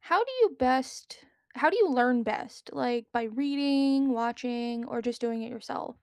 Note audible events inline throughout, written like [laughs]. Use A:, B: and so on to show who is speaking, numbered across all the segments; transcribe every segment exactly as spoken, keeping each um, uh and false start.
A: How do you best how do you learn best? Like, by reading, watching, or just doing it yourself?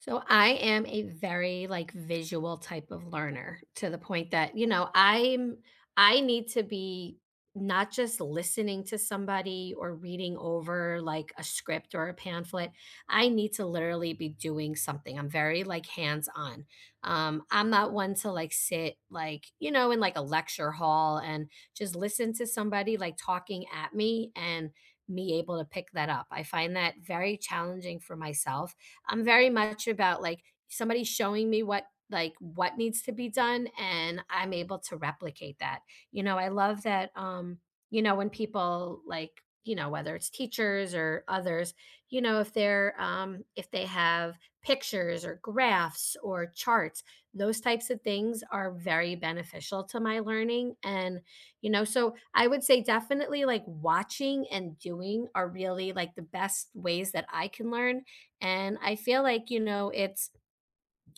B: So I am a very like visual type of learner to the point that, you know, I'm I need to be not just listening to somebody or reading over like a script or a pamphlet. I need to literally be doing something. I'm very like hands on. Um, I'm not one to like sit like, you know, in like a lecture hall and just listen to somebody like talking at me and me able to pick that up. I find that very challenging for myself. I'm very much about like somebody showing me what like what needs to be done and I'm able to replicate that. You know, I love that, um, you know, when people like, you know, whether it's teachers or others, you know, if they're um if they have pictures or graphs or charts, those types of things are very beneficial to my learning. And you know, so I would say definitely like watching and doing are really like the best ways that I can learn, and I feel like, you know, it's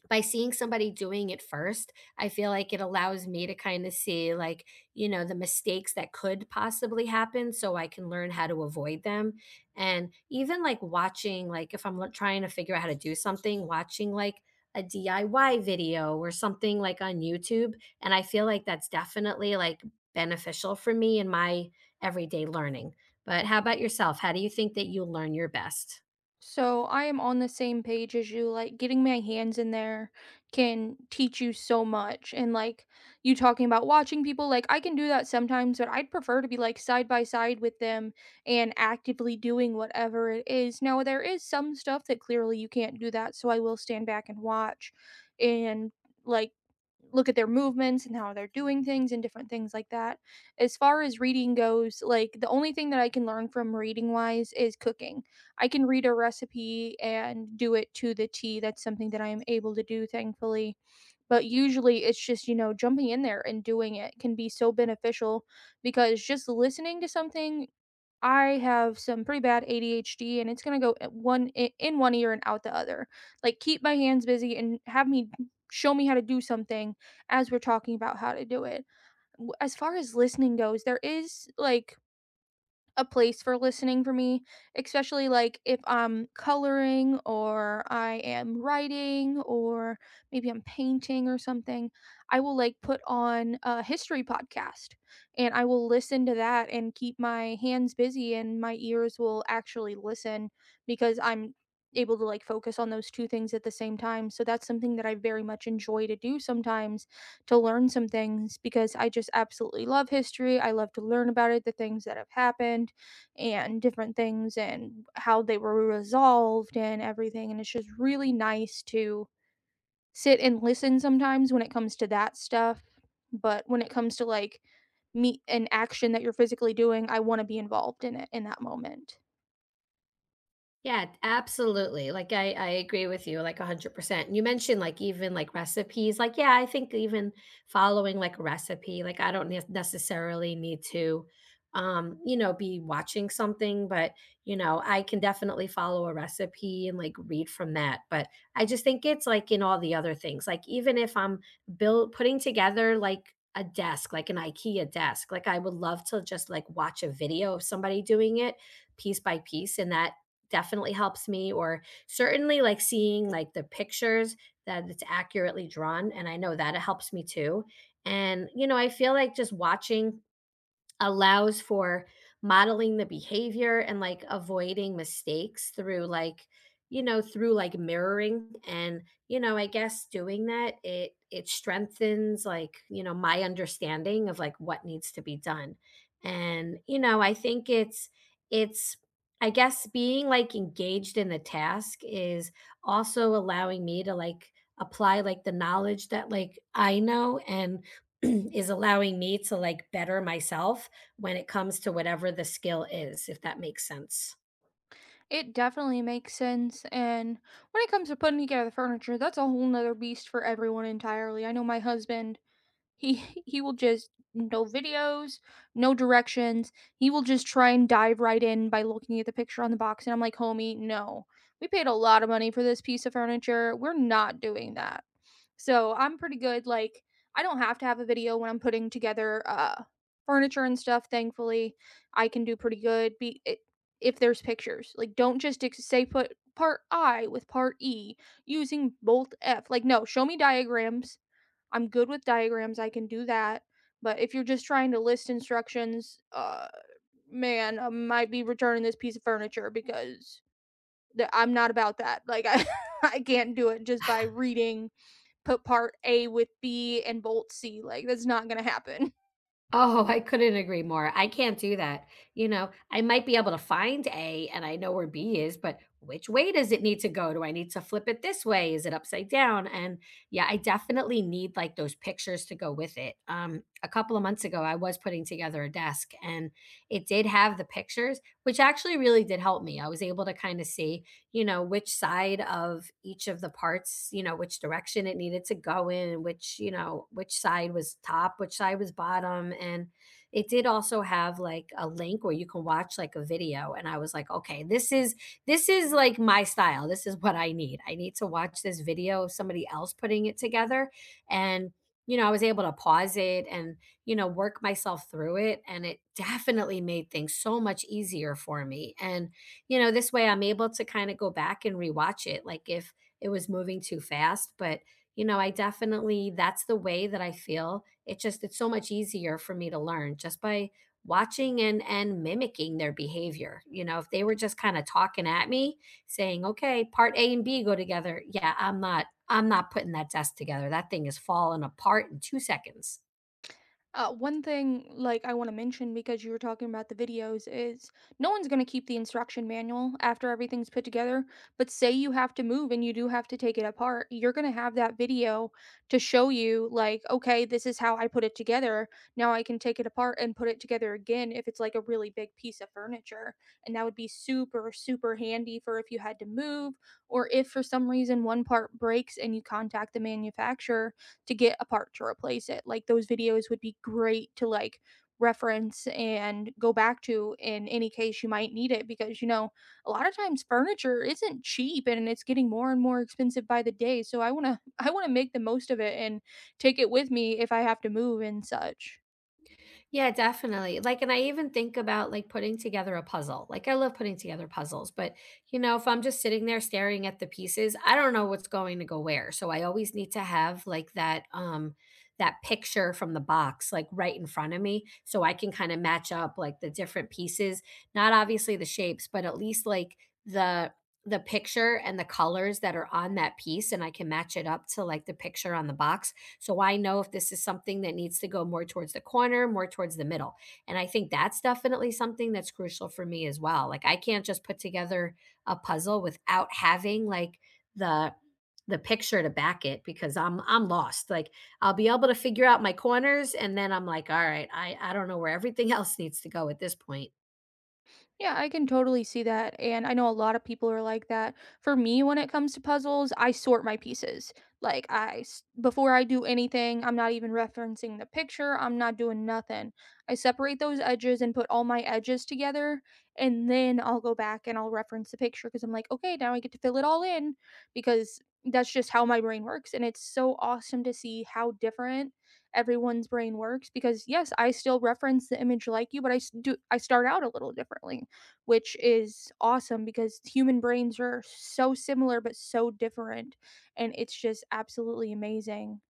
B: by seeing somebody doing it first, I feel like it allows me to kind of see, like, you know, the mistakes that could possibly happen so I can learn how to avoid them. And even like watching, like, if I'm lo- trying to figure out how to do something, watching like a D I Y video or something like on YouTube. And I feel like that's definitely like beneficial for me in my everyday learning. But how about yourself? How do you think that you learn your best?
A: So I am on the same page as you. Like, getting my hands in there can teach you so much. And, like, you talking about watching people, like, I can do that sometimes, but I'd prefer to be like side by side with them and actively doing whatever it is. Now there is some stuff that clearly you can't do that, so I will stand back and watch and, like, look at their movements and how they're doing things and different things like that. As far as reading goes, like, the only thing that I can learn from reading wise is cooking. I can read a recipe and do it to the T. That's something that I am able to do, thankfully. But usually it's just, you know, jumping in there and doing it can be so beneficial, because just listening to something, I have some pretty bad A D H D and it's going to go at one i- in one ear and out the other. Like, keep my hands busy and have me show me how to do something as we're talking about how to do it. W- As far as listening goes, there is like a place for listening for me, especially like if I'm coloring or I am writing or maybe I'm painting or something. I will like put on a history podcast and I will listen to that and keep my hands busy and my ears will actually listen, because I'm able to like focus on those two things at the same time. So that's something that I very much enjoy to do sometimes, to learn some things, because I just absolutely love history. I love to learn about it, the things that have happened, and different things, and how they were resolved, and everything. And it's just really nice to sit and listen sometimes when it comes to that stuff, but when it comes to like meet an action that you're physically doing, I want to be involved in it in that moment.
B: Yeah, absolutely. Like I I agree with you like one hundred percent. And you mentioned like even like recipes. Like yeah, I think even following like a recipe, like I don't ne- necessarily need to, um, you know, be watching something, but you know, I can definitely follow a recipe and like read from that. But I just think it's like in all the other things. Like even if I'm build putting together like a desk, like an IKEA desk, like I would love to just like watch a video of somebody doing it piece by piece, and that definitely helps me, or certainly like seeing like the pictures that it's accurately drawn and I know that it helps me too. And you know, I feel like just watching allows for modeling the behavior and like avoiding mistakes through like, you know, through like mirroring, and you know I guess doing that, it it strengthens like, you know, my understanding of like what needs to be done. And you know I think it's it's I guess being like engaged in the task is also allowing me to like apply like the knowledge that like I know, and [clears throat] is allowing me to like better myself when it comes to whatever the skill is, if that makes sense.
A: It definitely makes sense. And when it comes to putting together the furniture, that's a whole nother beast for everyone entirely. I know my husband, he [laughs] he will just, no videos, no directions. He will just try and dive right in by looking at the picture on the box, and I'm like, "Homie, no. We paid a lot of money for this piece of furniture. We're not doing that." So, I'm pretty good, like, I don't have to have a video when I'm putting together uh furniture and stuff, thankfully. I can do pretty good be I if there's pictures. Like, don't just ex- say put part I with part E using bolt F. Like, no, show me diagrams. I'm good with diagrams, I can do that, but if you're just trying to list instructions, uh, man, I might be returning this piece of furniture because the I'm not about that. Like, I [laughs] I can't do it just by
B: [laughs]
A: reading, put part A with B and bolt C, like, that's not gonna happen.
B: Oh, I couldn't agree more. I can't do that. You know, I might be able to find A and I know where B is, but which way does it need to go? Do I need to flip it this way? Is it upside down? And yeah, I definitely need like those pictures to go with it. Um, a couple of months ago, I was putting together a desk and it did have the pictures, which actually really did help me. I was able to kind of see, you know, which side of each of the parts, you know, which direction it needed to go in, and which, you know, which side was top, which side was bottom. And it did also have like a link where you can watch like a video. And I was like, okay, this is this is like my style. This is what I need. I need to watch this video of somebody else putting it together. And you know, I was able to pause it and, you know, work myself through it. And it definitely made things so much easier for me. And you know, this way I'm able to kind of go back and rewatch it, like if it was moving too fast. But, you know, I definitely, that's the way that I feel. It just, it's so much easier for me to learn just by watching and and mimicking their behavior. You know, if they were just kind of talking at me saying okay part A and B go together, yeah, i'm not i'm not putting that desk together. That thing is falling apart in two seconds.
A: Uh, one thing like I want to mention because you were talking about the videos is no one's going to keep the instruction manual after everything's put together, but say you have to move and you do have to take it apart, you're going to have that video to show you like, okay, this is how I put it together. Now I can take it apart and put it together again if it's like a really big piece of furniture. And that would be super super handy for if you had to move, or if for some reason one part breaks and you contact the manufacturer to get a part to replace it. Like, those videos would be great to like reference and go back to in any case you might need it, because, you know, a lot of times furniture isn't cheap and it's getting more and more expensive by the day. So I want to [laughs] I want to make the most of it and take it with me if I have to move and such.
B: Yeah, definitely. Like, and I even think about like putting together a puzzle. Like, I love putting together puzzles, but you know, if I'm just sitting there staring at the pieces, I don't know what's going to go where. So I always need to have like that, um, that picture from the box, like right in front of me, so I can kind of match up like the different pieces, not obviously the shapes, but at least like the, the picture and the colors that are on that piece, and I can match it up to like the picture on the box so I know if this is something that needs to go more towards the corner, more towards the middle. And I think that's definitely something that's crucial for me as well. Like I can't just put together a puzzle without having like the the picture to back it because I'm I'm lost. Like I'll be able to figure out my corners and then I'm like, all right, I I don't know where everything [laughs] else needs to go at this point.
A: Yeah, I can totally see that. And I know a lot of people are like that. For me, when it comes to puzzles, I sort my pieces. Like, I, s- before I do anything, I'm not even referencing the picture, I'm not doing nothing. I separate those edges and put all my edges together. And then I'll go back and I'll reference the picture because I'm like, okay, now I get to fill it all in because that's just how my brain works. And it's so awesome to see how different everyone's brain works, because yes, I still reference the image like you, but I s- do I start out a little differently, which is awesome, because human brains are so similar but so different, and it's just absolutely amazing.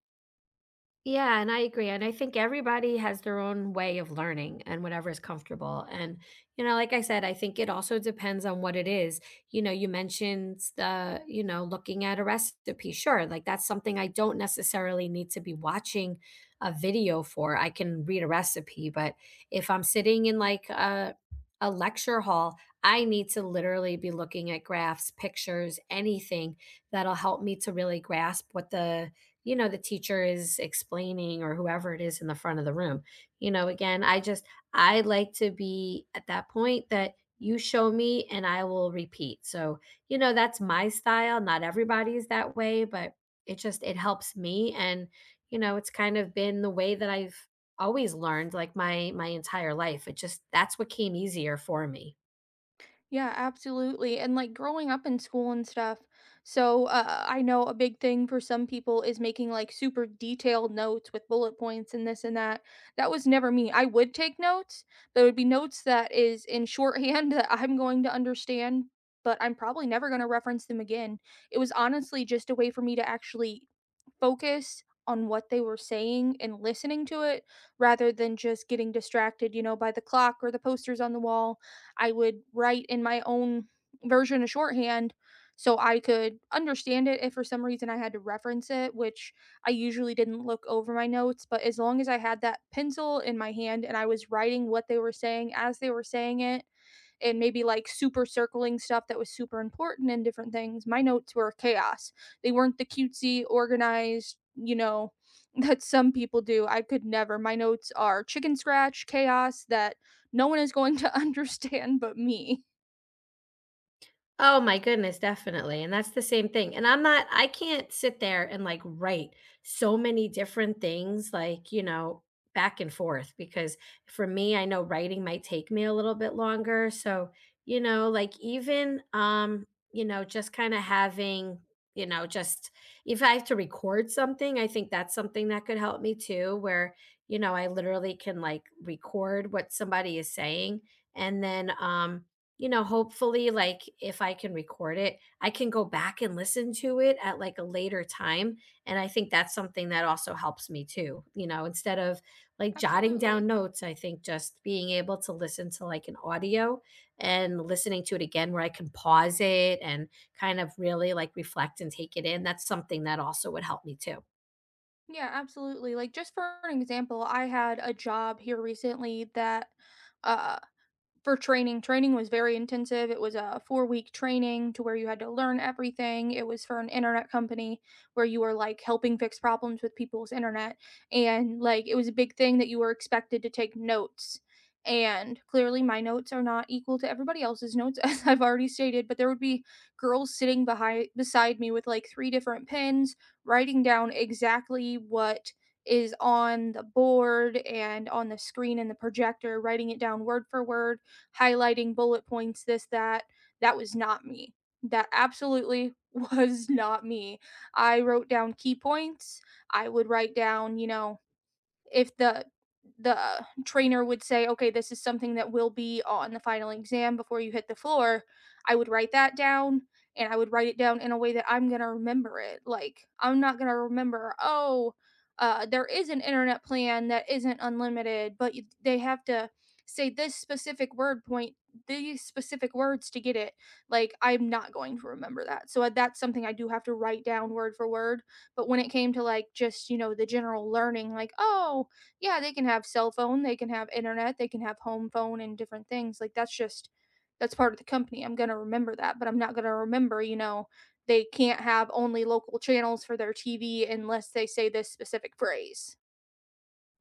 B: Yeah, and I agree, and I think everybody has their own way of learning and whatever is comfortable, and, you know, like I said, I think it also depends on what it is. You know, you mentioned the, you know, looking at a recipe, sure, like, that's something I don't necessarily need to be watching a video for, I can read a recipe, but if I'm sitting in, like, a a lecture hall, I need to literally be looking at graphs, pictures, anything that'll help me to really grasp what the, you know, the teacher is explaining or whoever it is in the front of the room. You know, again, I just, I like to be at that point that you show me and I will repeat. So, you know, that's my style. Not everybody's that way, but it just, it helps me. And, you know, it's kind of been the way that I've always learned like my, my entire life. It just, that's what came easier for me.
A: Yeah, absolutely. And like growing up in school and stuff. So, uh, I know a big thing for some people is making like super detailed notes with bullet points and this and that. That was never me. I would take notes. There would be notes that is in shorthand [laughs] that I'm going to understand, but I'm probably never going to reference them again. It was honestly just a way for me to actually focus on what they were saying and listening to it, rather than just getting distracted, you know, by the clock or the posters on the wall. I would write in my own version of shorthand so I could understand it if for some reason I had to reference it, which I usually didn't look over my notes. But as long as I had that pencil in my hand and I was writing what they were saying as they were saying it, and maybe like super circling stuff that was super important and different things, my notes were chaos. They weren't the cutesy, organized, you know, [laughs] that some people do. I could never. My notes are chicken scratch chaos that no one is going to [laughs] understand but me.
B: Oh my goodness, definitely. And that's the same thing. And I'm not, I can't sit there and like write so many different things, like, you know, back and forth, because for me, I know writing might take me a little bit longer. So, you know, like even, um, you know, just kind of having, you know, just if I have to record something, I think that's something that could help me too, where, you know, I literally can like record what somebody is saying, and then, um, you know, hopefully, like if I can record it, I can go back and listen to it at like a later time. And I think that's something that also helps me too. You know, instead of like jotting down
A: Absolutely.
B: notes, I think just being able to listen to like an audio and listening to it again where I can pause it and kind of really like reflect and take it in, that's something that also would help me too.
A: Yeah, absolutely. Like, just for an example, I had a job here recently that uh for training, training was very intensive. It was a four-week training to where you had to learn everything. It was for an internet company where you were, like, helping fix problems with people's internet, and, like, it was a big thing that you were expected to take notes, and clearly my notes are not equal to everybody else's notes, [laughs] as I've already stated, but there would be girls sitting behind beside me with, like, three different pens, writing down exactly what is on the board and on the screen and the projector, writing it down word for word, highlighting bullet points, this, that. That was not me. That absolutely [laughs] was not me. I wrote down key points. I would write down, you know, if the the uh, trainer would say, "Okay, this is something that will be on the final exam before you hit the floor," I would write that down, and I would write it down in a way that I'm going to remember it. Like, I'm not going to remember, "Oh, uh, there is an internet plan that isn't unlimited, but you, they have to say this specific word point, these specific words to get it." Like, I'm not going to remember that. So uh, that's something I do have to write down word for word, but when it came to like just, you know, the general learning, like, oh, yeah, they can have cell phone, they can have internet, they can have home phone and different things. Like, that's just that's part of the company. I'm gonna remember that, but I'm not gonna remember, you know, they can't have only local channels for their T V unless they say this specific phrase.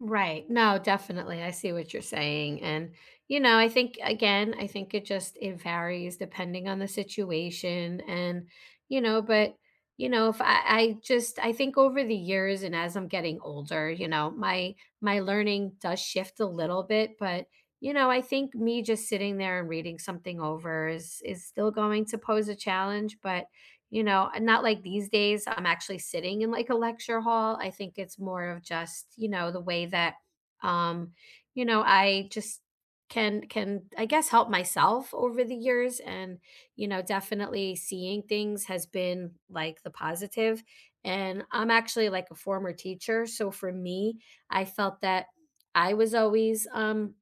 B: Right. No, definitely. I see what you're saying. And, you know, I think again, I think it just, it varies depending on the situation and, you know, but you know, if I, I just, I think over the years and as I'm getting older, you know, my my learning does shift a little bit, but you know, I think me just sitting there and reading something over is is still going to pose a challenge, but you know, and not like these days I'm actually sitting in like a lecture hall. I think it's more of just, you know, the way that, um, you know, I just can can I guess help myself over the years, and, you know, definitely seeing things has been like the positive. And I'm actually like a former teacher, so for me, I felt that I was always um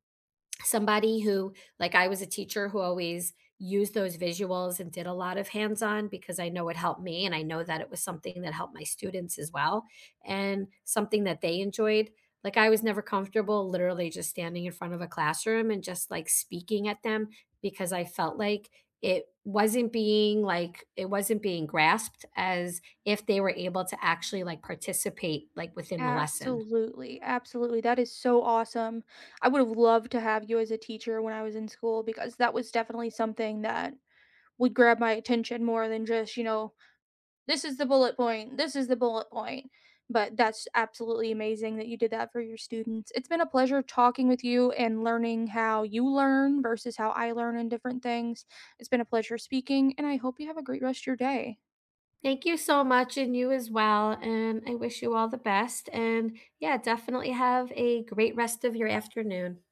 B: somebody who like I was a teacher who always used those visuals and did a lot of hands-on because I know it helped me and I know that it was something that helped my students as well, and something that they enjoyed. Like I was never comfortable literally just standing in front of a classroom and just like speaking at them because I felt like it wasn't being like it wasn't being grasped as if they were able to actually like participate like within the lesson.
A: Absolutely. Absolutely. That is so awesome. I would have loved to have you as a teacher when I was in school, because that was definitely something that would grab my attention more than just, you know, this is the bullet point. This is the bullet point. But that's absolutely amazing that you did that for your students. It's been a pleasure talking with you and learning how you learn versus how I learn in different things. It's been a pleasure speaking, and I hope you have a great rest of your day.
B: Thank you so much, and you as well. And I wish you all the best. And yeah, definitely have a great rest of your afternoon.